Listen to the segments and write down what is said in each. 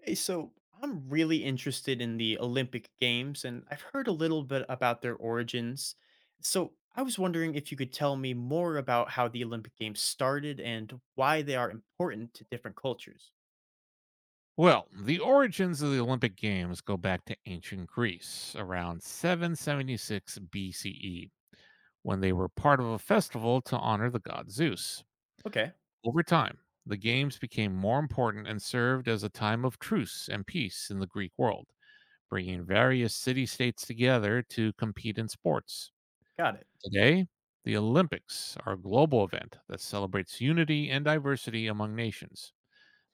Hey, so I'm really interested in the Olympic Games, and I've heard a little bit about their origins. So I was wondering if you could tell me more about how the Olympic Games started and why they are important to different cultures. Well, the origins of the Olympic Games go back to ancient Greece, around 776 BCE, when they were part of a festival to honor the god Zeus. Okay, Over time, the Games became more important and served as a time of truce and peace in the Greek world, bringing various city states together to compete in sports. got it. Today, the Olympics are a global event that celebrates unity and diversity among nations.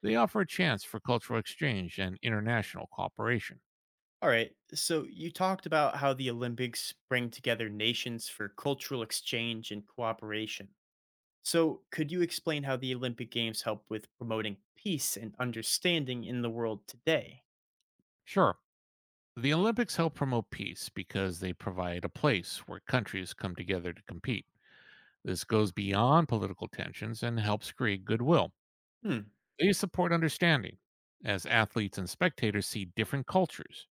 They offer a chance for cultural exchange and international cooperation. All right, so you talked about how the Olympics bring together nations for cultural exchange and cooperation. So, could you explain how the Olympic Games help with promoting peace and understanding in the world today? Sure. The Olympics help promote peace because they provide a place where countries come together to compete. This goes beyond political tensions and helps create goodwill. Hmm, They support understanding as athletes and spectators see different cultures.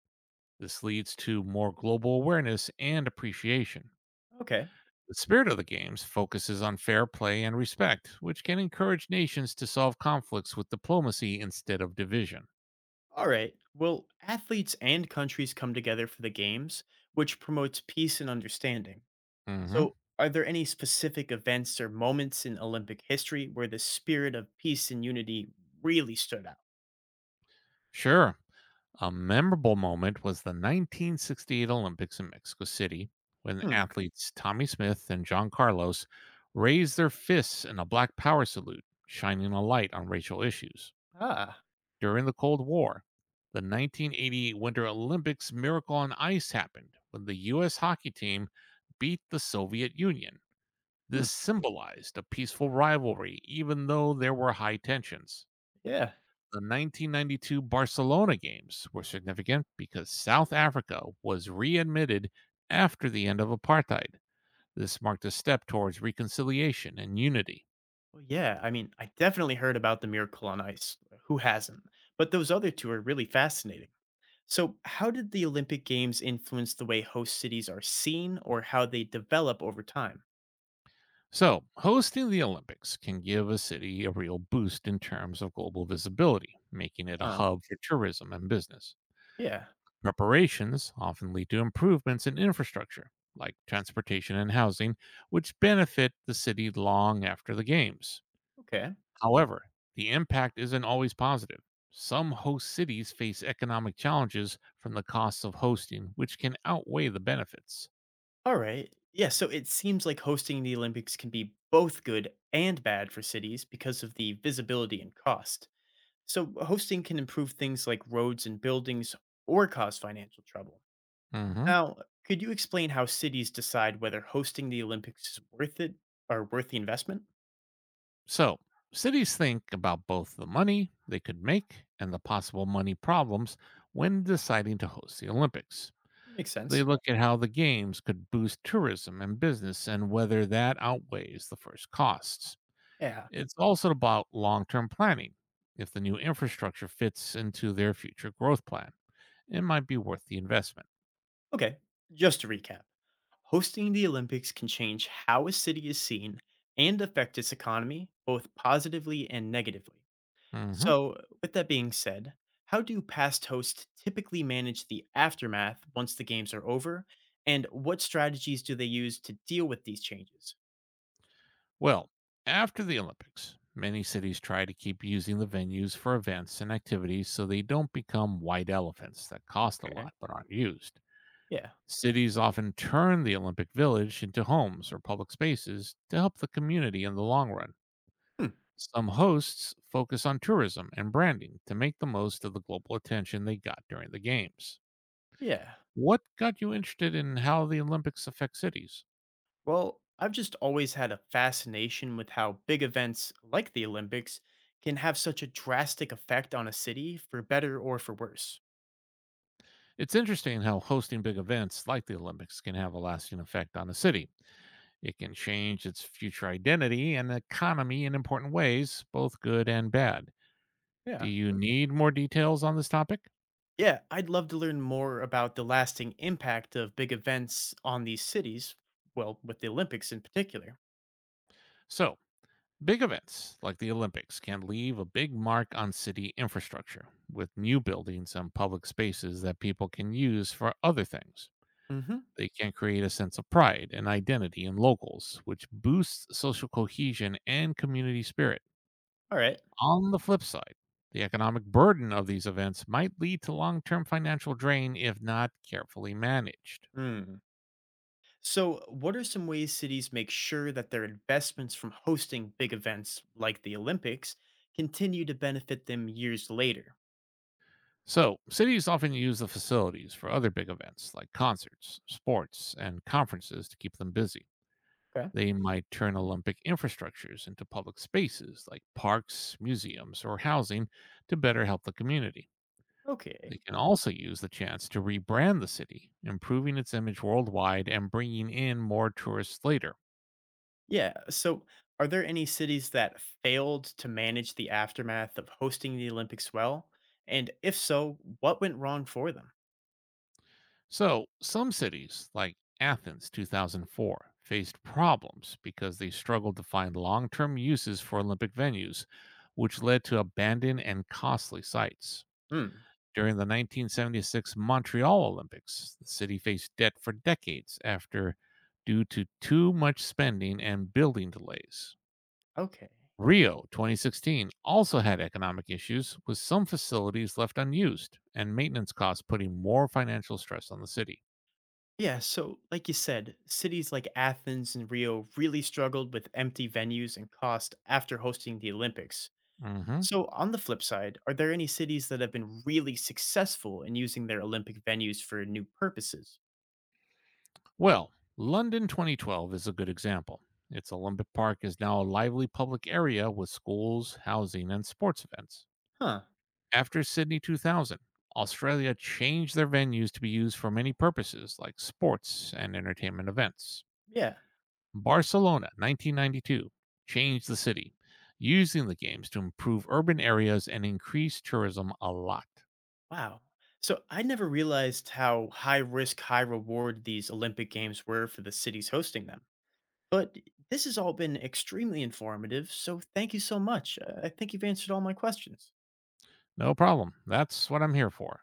This leads to more global awareness and appreciation. okay. The spirit of the Games focuses on fair play and respect, which can encourage nations to solve conflicts with diplomacy instead of division. All right. Well, athletes and countries come together for the games, which promotes peace and understanding. hmm So, are there any specific events or moments in Olympic history where the spirit of peace and unity really stood out? Sure. A memorable moment was the 1968 Olympics in Mexico City when Hmm. athletes Tommy Smith and John Carlos raised their fists in a black power salute, shining a light on racial issues. Ah. During the Cold War, the 1988 Winter Olympics miracle on ice happened when the U.S. hockey team beat the Soviet Union. Hmm. This symbolized a peaceful rivalry, even though there were high tensions. Yeah. The 1992 Barcelona games were significant because South Africa was readmitted after the end of apartheid. This marked a step towards reconciliation and unity. Well, yeah. I definitely heard about the Miracle on Ice. Who hasn't? But those other two are really fascinating. So, how did the Olympic Games influence the way host cities are seen or how they develop over time? So, hosting the Olympics can give a city a real boost in terms of global visibility, making it a Uh, hub for tourism and business. yeah. Preparations often lead to improvements in infrastructure, like transportation and housing, which benefit the city long after the Games. Okay. However, the impact isn't always positive. Some host cities face economic challenges from the costs of hosting, which can outweigh the benefits. All right. Yeah, so it seems like hosting the Olympics can be both good and bad for cities because of the visibility and cost. So, hosting can improve things like roads and buildings or cause financial trouble. Mhm. Now, could you explain how cities decide whether hosting the Olympics is worth it or worth the investment? So, cities think about both the money they could make and the possible money problems when deciding to host the Olympics. Makes They sense. look at how the games could boost tourism and business and whether that outweighs the first costs. Yeah. It's also about long term planning if the new infrastructure fits into their future growth plan. It might be worth the investment. Okay. Just to recap, hosting the Olympics can change how a city is seen and affect its economy both positively and negatively. hmm So, with that being said, how do past hosts typically manage the aftermath once the games are over? And what strategies do they use to deal with these changes? Well, after the Olympics, many cities try to keep using the venues for events and activities so they don't become white elephants that cost a Okay. lot but aren't used. Yeah. Cities often turn the Olympic Village into homes or public spaces to help the community in the long run. Hmm. Some hosts focus on tourism and branding to make the most of the global attention they got during the Games. Yeah. What got you interested in how the Olympics affect cities? Well, I've just always had a fascination with how big events like the Olympics can have such a drastic effect on a city for better or for worse. It's interesting how hosting big events like the Olympics can have a lasting effect on a city. It can change its future identity and economy in important ways, both good and bad. Do Yeah. you need more details on this topic? Yeah, I'd love to learn more about the lasting impact of big events on these cities, well, with the Olympics in particular. So, big events like the Olympics can leave a big mark on city infrastructure with new buildings and public spaces that people can use for other things. Mhm. They can create a sense of pride and identity in locals, which boosts social cohesion and community spirit. All right. On the flip side, the economic burden of these events might lead to long term financial drain if not carefully managed. Hmm. So, what are some ways cities make sure that their investments from hosting big events like the Olympics continue to benefit them years later? So, cities often use the facilities for other big events like concerts, sports, and conferences to keep them busy. Okay. They might turn Olympic infrastructures into public spaces like parks, museums, or housing to better help the community. Okay. They can also use the chance to rebrand the city, improving its image worldwide and bringing in more tourists later. Yeah. So, are there any cities that failed to manage the aftermath of hosting the Olympics well? And if so, what went wrong for them? So, some cities, like Athens 2004, faced problems because they struggled to find long term uses for Olympic venues, which led to abandoned and costly sites. Hmm. During the 1976 Montreal Olympics, the city faced debt for decades after due to too much spending and building delays. Okay. Rio 2016 also had economic issues with some facilities left unused and maintenance costs putting more financial stress on the city. Yeah, so like you said, cities like Athens and Rio really struggled with empty venues and cost after hosting the Olympics. Mhm. So, on the flip side, are there any cities that have been really successful in using their Olympic venues for new purposes? Well, London 2012 is a good example. Its Olympic Park is now a lively public area with schools, housing, and sports events. Huh. After Sydney 2000, Australia changed their venues to be used for many purposes like sports and entertainment events. Yeah. Barcelona 1992 changed the city, using the games to improve urban areas and increase tourism a lot. Wow. So, I never realized how high risk, high reward these Olympic Games were for the cities hosting them. But this has all been extremely informative. So, thank you so much. I think you've answered all my questions. No problem. That's what I'm here for.